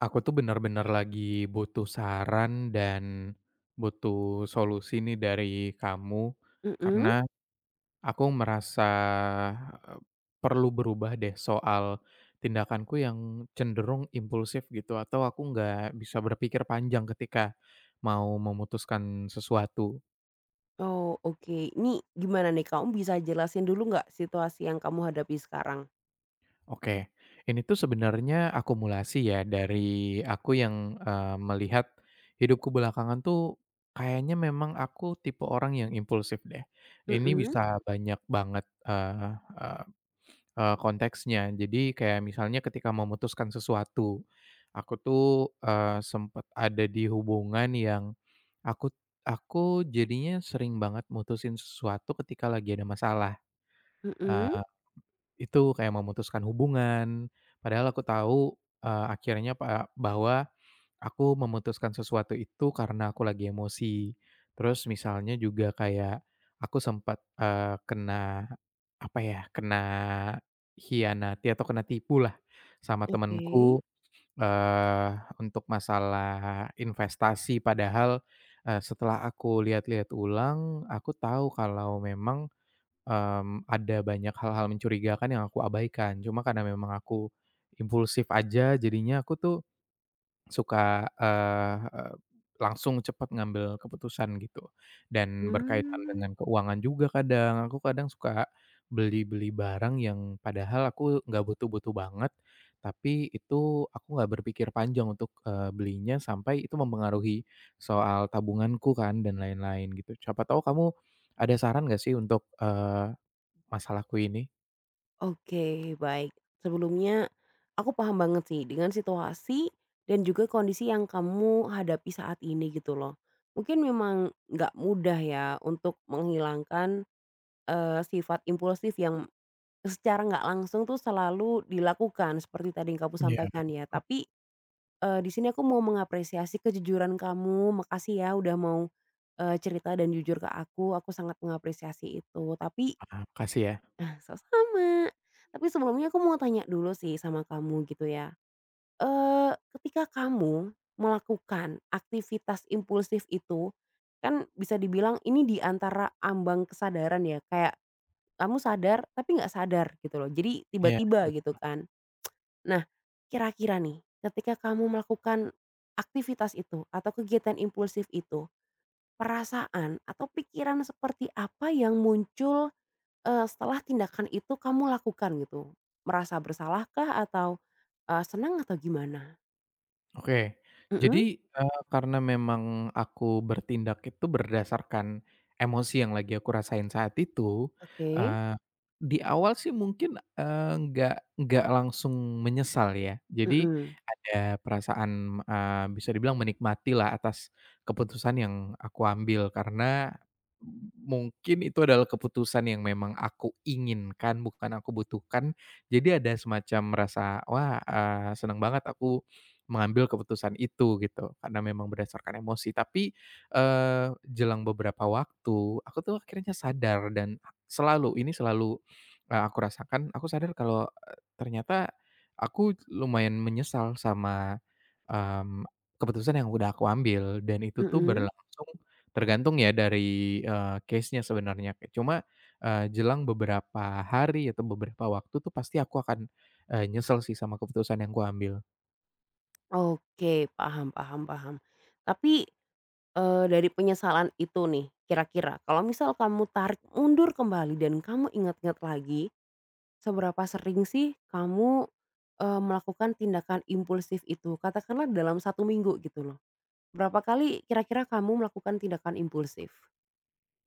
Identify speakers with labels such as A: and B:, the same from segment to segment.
A: Aku tuh bener-bener lagi butuh saran dan butuh solusi nih dari kamu,
B: Mhm.
A: karena aku merasa eee, perlu berubah deh soal tindakanku yang cenderung impulsif gitu, atau aku nggak bisa berpikir panjang ketika mau memutuskan sesuatu.
B: Oh, oke. Ini gimana nih, kamu bisa jelasin dulu nggak situasi yang kamu hadapi sekarang?
A: Oke, ini tuh sebenarnya akumulasi ya dari aku yang, melihat hidupku belakangan tuh kayaknya memang aku tipe orang yang impulsif deh. Ini
B: Mhm
A: bisa banyak banget, eee eee eee, konteksnya. Jadi kayak misalnya ketika memutuskan sesuatu, aku tuh, sempet ada di hubungan yang aku aku jadinya sering banget mutusin sesuatu ketika lagi ada masalah,
B: mhm.
A: itu, kayak memutuskan hubungan, padahal aku tahu, akhirnya bahwa aku memutuskan sesuatu itu karena aku lagi emosi. Terus misalnya juga kayak aku sempat kena, apa ya, kena hianati atau kena tipu lah sama
B: Oke.
A: temenku, eee, untuk masalah investasi. Padahal, setelah aku lihat-lihat ulang, aku tahu kalau memang ada banyak hal-hal mencurigakan yang aku abaikan. Cuma karena memang aku impulsif aja jadinya aku tuh suka, eee eee, langsung cepat ngambil keputusan gitu. Dan berkaitan
B: Hmm.
A: dengan keuangan juga kadang, aku kadang suka beli-beli barang yang padahal aku nggak butuh-butuh banget, tapi itu aku nggak berpikir panjang untuk, belinya sampai itu mempengaruhi soal tabunganku kan dan lain-lain gitu. Siapa tahu kamu ada saran nggak sih untuk, eh, masalahku ini?
B: Oke, baik. Sebelumnya aku paham banget sih dengan situasi dan juga kondisi yang kamu hadapi saat ini gitu loh. Mungkin memang nggak mudah ya untuk menghilangkan, sifat impulsif yang secara nggak langsung tuh selalu dilakukan seperti tadi yang kamu
A: Iya.
B: sampaikan ya. Tapi di sini aku mau mengapresiasi kejujuran kamu, makasih ya udah mau, cerita dan jujur ke aku sangat mengapresiasi itu. Tapi
A: Ah, makasih ya.
B: sama-sama. Tapi sebelumnya aku mau tanya dulu sih sama kamu gitu ya, ketika kamu melakukan aktivitas impulsif itu, kan bisa dibilang ini di antara ambang kesadaran ya, kayak kamu sadar tapi nggak sadar gitu loh, jadi
A: Iya,
B: tiba-tiba gitu kan. Nah, kira-kira nih, ketika kamu melakukan aktivitas itu atau kegiatan impulsif itu, perasaan atau pikiran seperti apa yang muncul, setelah tindakan itu kamu lakukan gitu? Merasa bersalahkah atau, senang atau gimana?
A: oke. Jadi,
B: Mhm,
A: karena memang aku bertindak itu berdasarkan emosi yang lagi aku rasain saat itu,
B: oke,
A: eee, di awal sih mungkin, nggak langsung menyesal ya. Jadi
B: mhm,
A: ada perasaan, bisa dibilang menikmati lah atas keputusan yang aku ambil karena mungkin itu adalah keputusan yang memang aku inginkan, bukan aku butuhkan. Jadi ada semacam merasa, "Wah, seneng banget aku mengambil keputusan itu gitu, karena memang berdasarkan emosi." Tapi, jelang beberapa waktu, aku tuh akhirnya sadar dan selalu, ini selalu, aku rasakan, aku sadar kalau, ternyata aku lumayan menyesal sama, mmm, keputusan yang udah aku ambil dan itu tuh
B: mhm,
A: berlangsung tergantung ya dari, case-nya sebenarnya. Cuma, jelang beberapa hari atau beberapa waktu tuh pasti aku akan, nyesel sih sama keputusan yang kuambil.
B: oke, paham paham paham. Tapi, dari penyesalan itu nih, kira-kira kalau misal kamu tarik mundur kembali dan kamu ingat-ingat lagi seberapa sering sih kamu, melakukan tindakan impulsif itu? Katakanlah dalam satu minggu gitu loh. Berapa kali kira-kira kamu melakukan tindakan impulsif?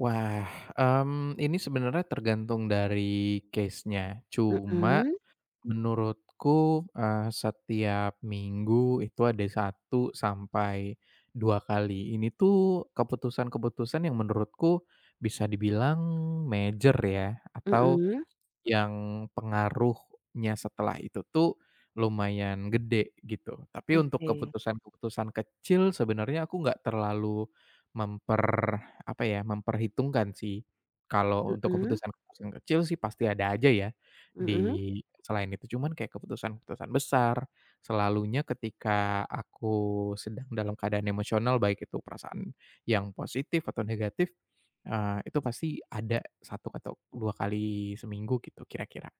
A: Wah, ini sebenarnya tergantung dari case-nya. Cuma
B: Mhm
A: Menurutku, setiap minggu itu ada satu sampai 2 kali. Ini tuh keputusan-keputusan yang menurutku bisa dibilang major ya, atau
B: mhm,
A: yang pengaruhnya setelah itu tuh lumayan gede gitu. Tapi untuk
B: oke,
A: keputusan-keputusan kecil sebenarnya aku nggak terlalu memper apa ya, memperhitungkan sih. Kalau untuk
B: mhm
A: keputusan-keputusan kecil sih pasti ada aja ya
B: mhm,
A: di selain itu. Cuman kayak keputusan-keputusan besar selalunya ketika aku sedang dalam keadaan emosional, baik itu perasaan yang positif atau negatif, itu pasti ada satu atau 2 kali seminggu gitu kira-kira.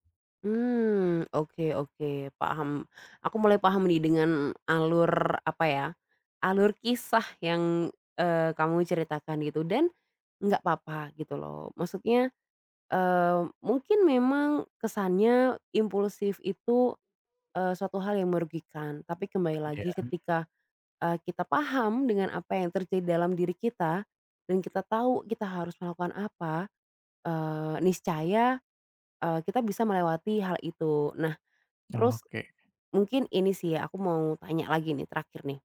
B: hmm, oke oke, paham. Aku mulai paham nih dengan alur apa ya, alur kisah yang, kamu ceritakan gitu dan nggak apa-apa gitu loh. Maksudnya mungkin memang kesannya impulsif itu, suatu hal yang merugikan, tapi kembali lagi
A: Iya.
B: ketika, kita paham dengan apa yang terjadi dalam diri kita dan kita tahu kita harus melakukan apa, niscaya, kita bisa melewati hal itu. Nah, terus
A: Oke.
B: mungkin ini sih ya, aku mau tanya lagi nih terakhir nih,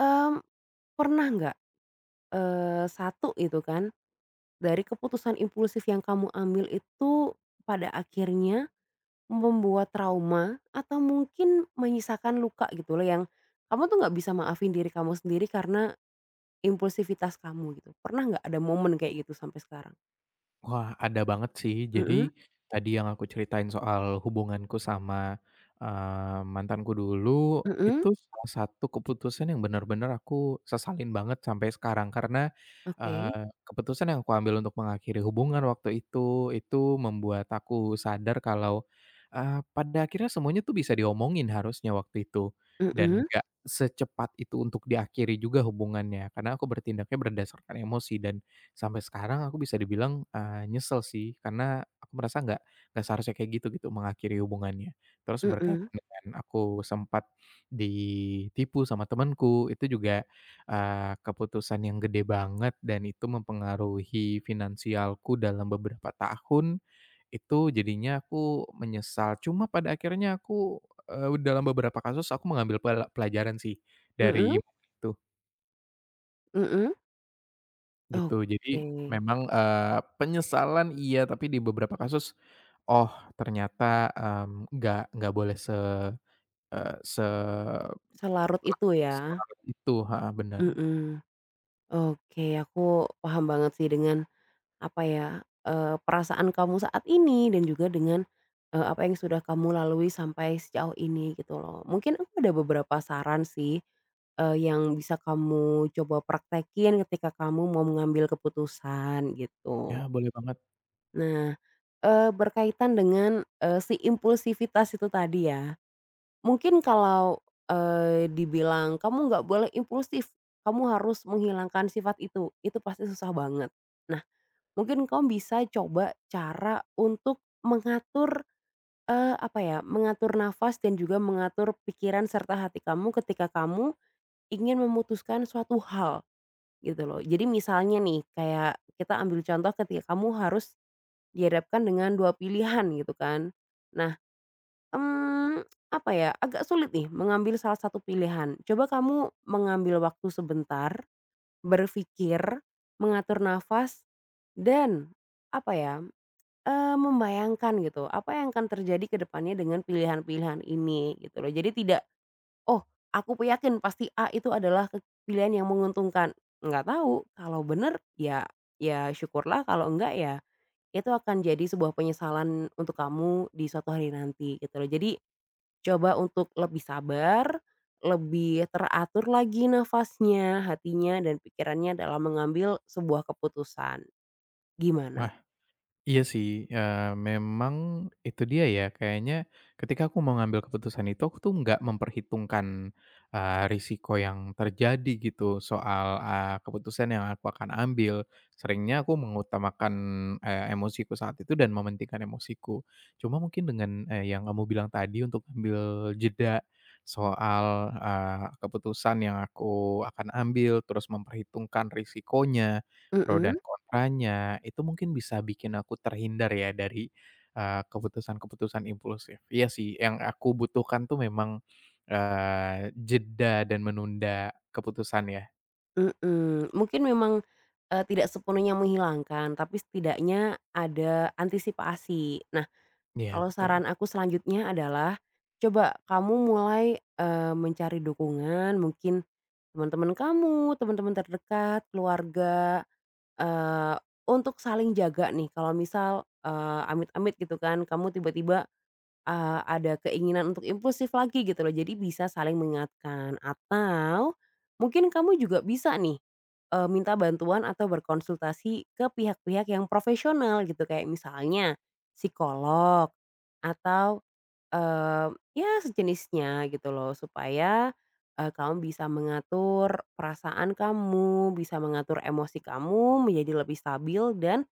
B: mmm, pernah nggak, 1 itu kan, dari keputusan impulsif yang kamu ambil itu pada akhirnya membuat trauma atau mungkin menyisakan luka gitu loh yang kamu tuh nggak bisa maafin diri kamu sendiri karena impulsivitas kamu gitu. Pernah nggak ada momen kayak gitu sampai sekarang?
A: Wah, ada banget sih. Jadi,
B: Mhm
A: tadi yang aku ceritain soal hubunganku sama, mantanku dulu,
B: mhm,
A: itu salah satu keputusan yang benar-benar aku sesalin banget sampai sekarang. Karena,
B: oke.
A: keputusan yang aku ambil untuk mengakhiri hubungan waktu itu membuat aku sadar kalau, pada akhirnya semuanya tuh bisa diomongin harusnya waktu itu. Dan
B: Mhm
A: nggak secepat itu untuk diakhiri juga hubungannya, karena aku bertindaknya berdasarkan emosi dan sampai sekarang aku bisa dibilang, nyesel sih, karena aku merasa nggak seharusnya kayak gitu gitu mengakhiri hubungannya. Terus berkaitan
B: mhm
A: dengan aku sempat ditipu sama temanku itu juga, keputusan yang gede banget dan itu mempengaruhi finansialku dalam beberapa tahun, itu jadinya aku menyesal. Cuma pada akhirnya aku, dalam beberapa kasus aku mengambil pelajaran sih dari
B: mhm
A: itu.
B: mhm.
A: Gitu, jadi
B: Oke,
A: memang, penyesalan iya, tapi di beberapa kasus, oh ternyata, nggak boleh se
B: selarut itu ya?
A: se itu, ha benar.
B: Mhm. Oke, aku paham banget sih dengan apa ya, perasaan kamu saat ini dan juga dengan, apa yang sudah kamu lalui sampai sejauh ini gitu loh. Mungkin aku ada beberapa saran sih, yang bisa kamu coba praktekin ketika kamu mau mengambil keputusan
A: Ya
B: gitu.
A: boleh banget.
B: Nah, berkaitan dengan, si impulsivitas itu tadi ya, mungkin kalau, dibilang kamu nggak boleh impulsif, kamu harus menghilangkan sifat itu pasti susah banget. Nah, mungkin kamu bisa coba cara untuk mengatur, apa ya, mengatur nafas dan juga mengatur pikiran serta hati kamu ketika kamu ingin memutuskan suatu hal, gitu loh. Jadi misalnya nih, kayak kita ambil contoh ketika kamu harus dihadapkan dengan 2 pilihan gitu kan. Nah, mmm, apa ya, agak sulit nih mengambil salah satu pilihan. Coba kamu mengambil waktu sebentar, berpikir, mengatur nafas, dan apa ya, membayangkan gitu, apa yang akan terjadi ke depannya dengan pilihan-pilihan ini gitu loh. Jadi tidak, "Oh, aku yakin pasti A itu adalah ke pilihan yang menguntungkan." Nggak tahu, kalau bener ya ya syukurlah, kalau enggak ya itu akan jadi sebuah penyesalan untuk kamu di suatu hari nanti gitu loh. Jadi coba untuk lebih sabar, lebih teratur lagi nafasnya, hatinya, dan pikirannya dalam mengambil sebuah keputusan. Gimana?
A: Iya sih, memang itu dia ya, kayaknya ketika aku mau ngambil keputusan itu, aku tuh nggak memperhitungkan, risiko yang terjadi gitu soal, keputusan yang aku akan ambil. Seringnya aku mengutamakan, emosiku saat itu dan mementingkan emosiku. Cuma mungkin dengan, yang kamu bilang tadi untuk ambil jeda soal, keputusan yang aku akan ambil, terus memperhitungkan risikonya, pro dan
B: Mhm.
A: kontranya, itu mungkin bisa bikin aku terhindar ya dari, keputusan-keputusan impulsif. Iya sih, yang aku butuhkan tuh memang, jeda dan menunda keputusan ya.
B: Mhm, mungkin memang, tidak sepenuhnya menghilangkan, tapi setidaknya ada antisipasi. Nah,
A: Iya
B: kalau
A: betul.
B: saran aku selanjutnya adalah, coba kamu mulai, mencari dukungan, mungkin teman-teman kamu, teman-teman terdekat, keluarga, eee, untuk saling jaga nih. Kalau misal, amit-amit gitu kan, kamu tiba-tiba ada keinginan untuk impulsif lagi gitu loh, jadi bisa saling mengingatkan atau mungkin kamu juga bisa nih, minta bantuan atau berkonsultasi ke pihak-pihak yang profesional gitu, kayak misalnya psikolog atau, ya sejenisnya gitu loh, supaya, kamu bisa mengatur perasaan kamu, bisa mengatur emosi kamu menjadi lebih stabil dan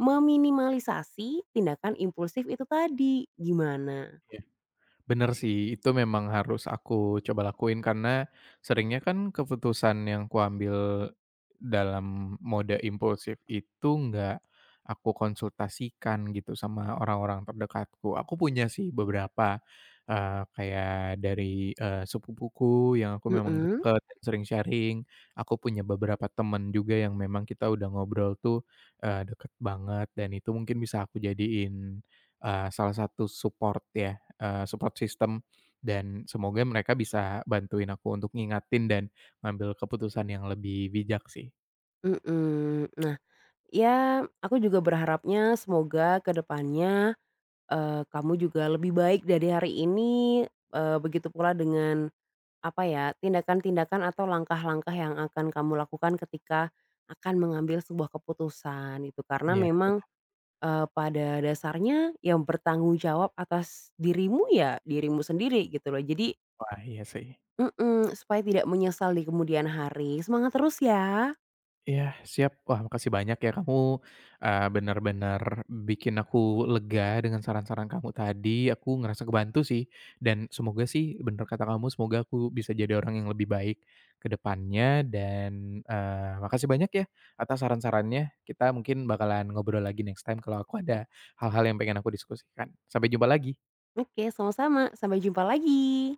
B: meminimalisasi tindakan impulsif itu tadi, gimana?
A: Bener sih, itu memang harus aku coba lakuin karena seringnya kan keputusan yang kuambil dalam mode impulsif itu nggak aku konsultasikan gitu sama orang-orang terdekatku. Aku punya sih beberapa, kayak dari, sepupuku yang aku memang
B: Mhm
A: deket dan sering sharing, aku punya beberapa temen juga yang memang kita udah ngobrol tuh, deket banget dan itu mungkin bisa aku jadiin, salah satu support ya support system dan semoga mereka bisa bantuin aku untuk ngingatin dan ngambil keputusan yang lebih bijak sih.
B: mhm. Nah, ya aku juga berharapnya semoga ke depannya, kamu juga lebih baik dari hari ini, begitu pula dengan, apa ya, tindakan-tindakan atau langkah-langkah yang akan kamu lakukan ketika akan mengambil sebuah keputusan itu. Karena
A: Iya,
B: memang,
A: betul.
B: pada dasarnya yang bertanggung jawab atas dirimu ya dirimu sendiri gitu loh. Jadi
A: Wah, iya sih.
B: mhm, supaya tidak menyesal di kemudian hari. Semangat terus ya.
A: Iya, siap. Wah, makasih banyak ya kamu, bener-bener bikin aku lega dengan saran-saran kamu tadi. Aku ngerasa kebantu sih, dan semoga sih bener kata kamu, semoga aku bisa jadi orang yang lebih baik ke depannya dan, makasih banyak ya atas saran-sarannya. Kita mungkin bakalan ngobrol lagi next time kalau aku ada hal-hal yang pengen aku diskusikan. Sampai jumpa lagi.
B: Oke, sama-sama. Sampai jumpa lagi.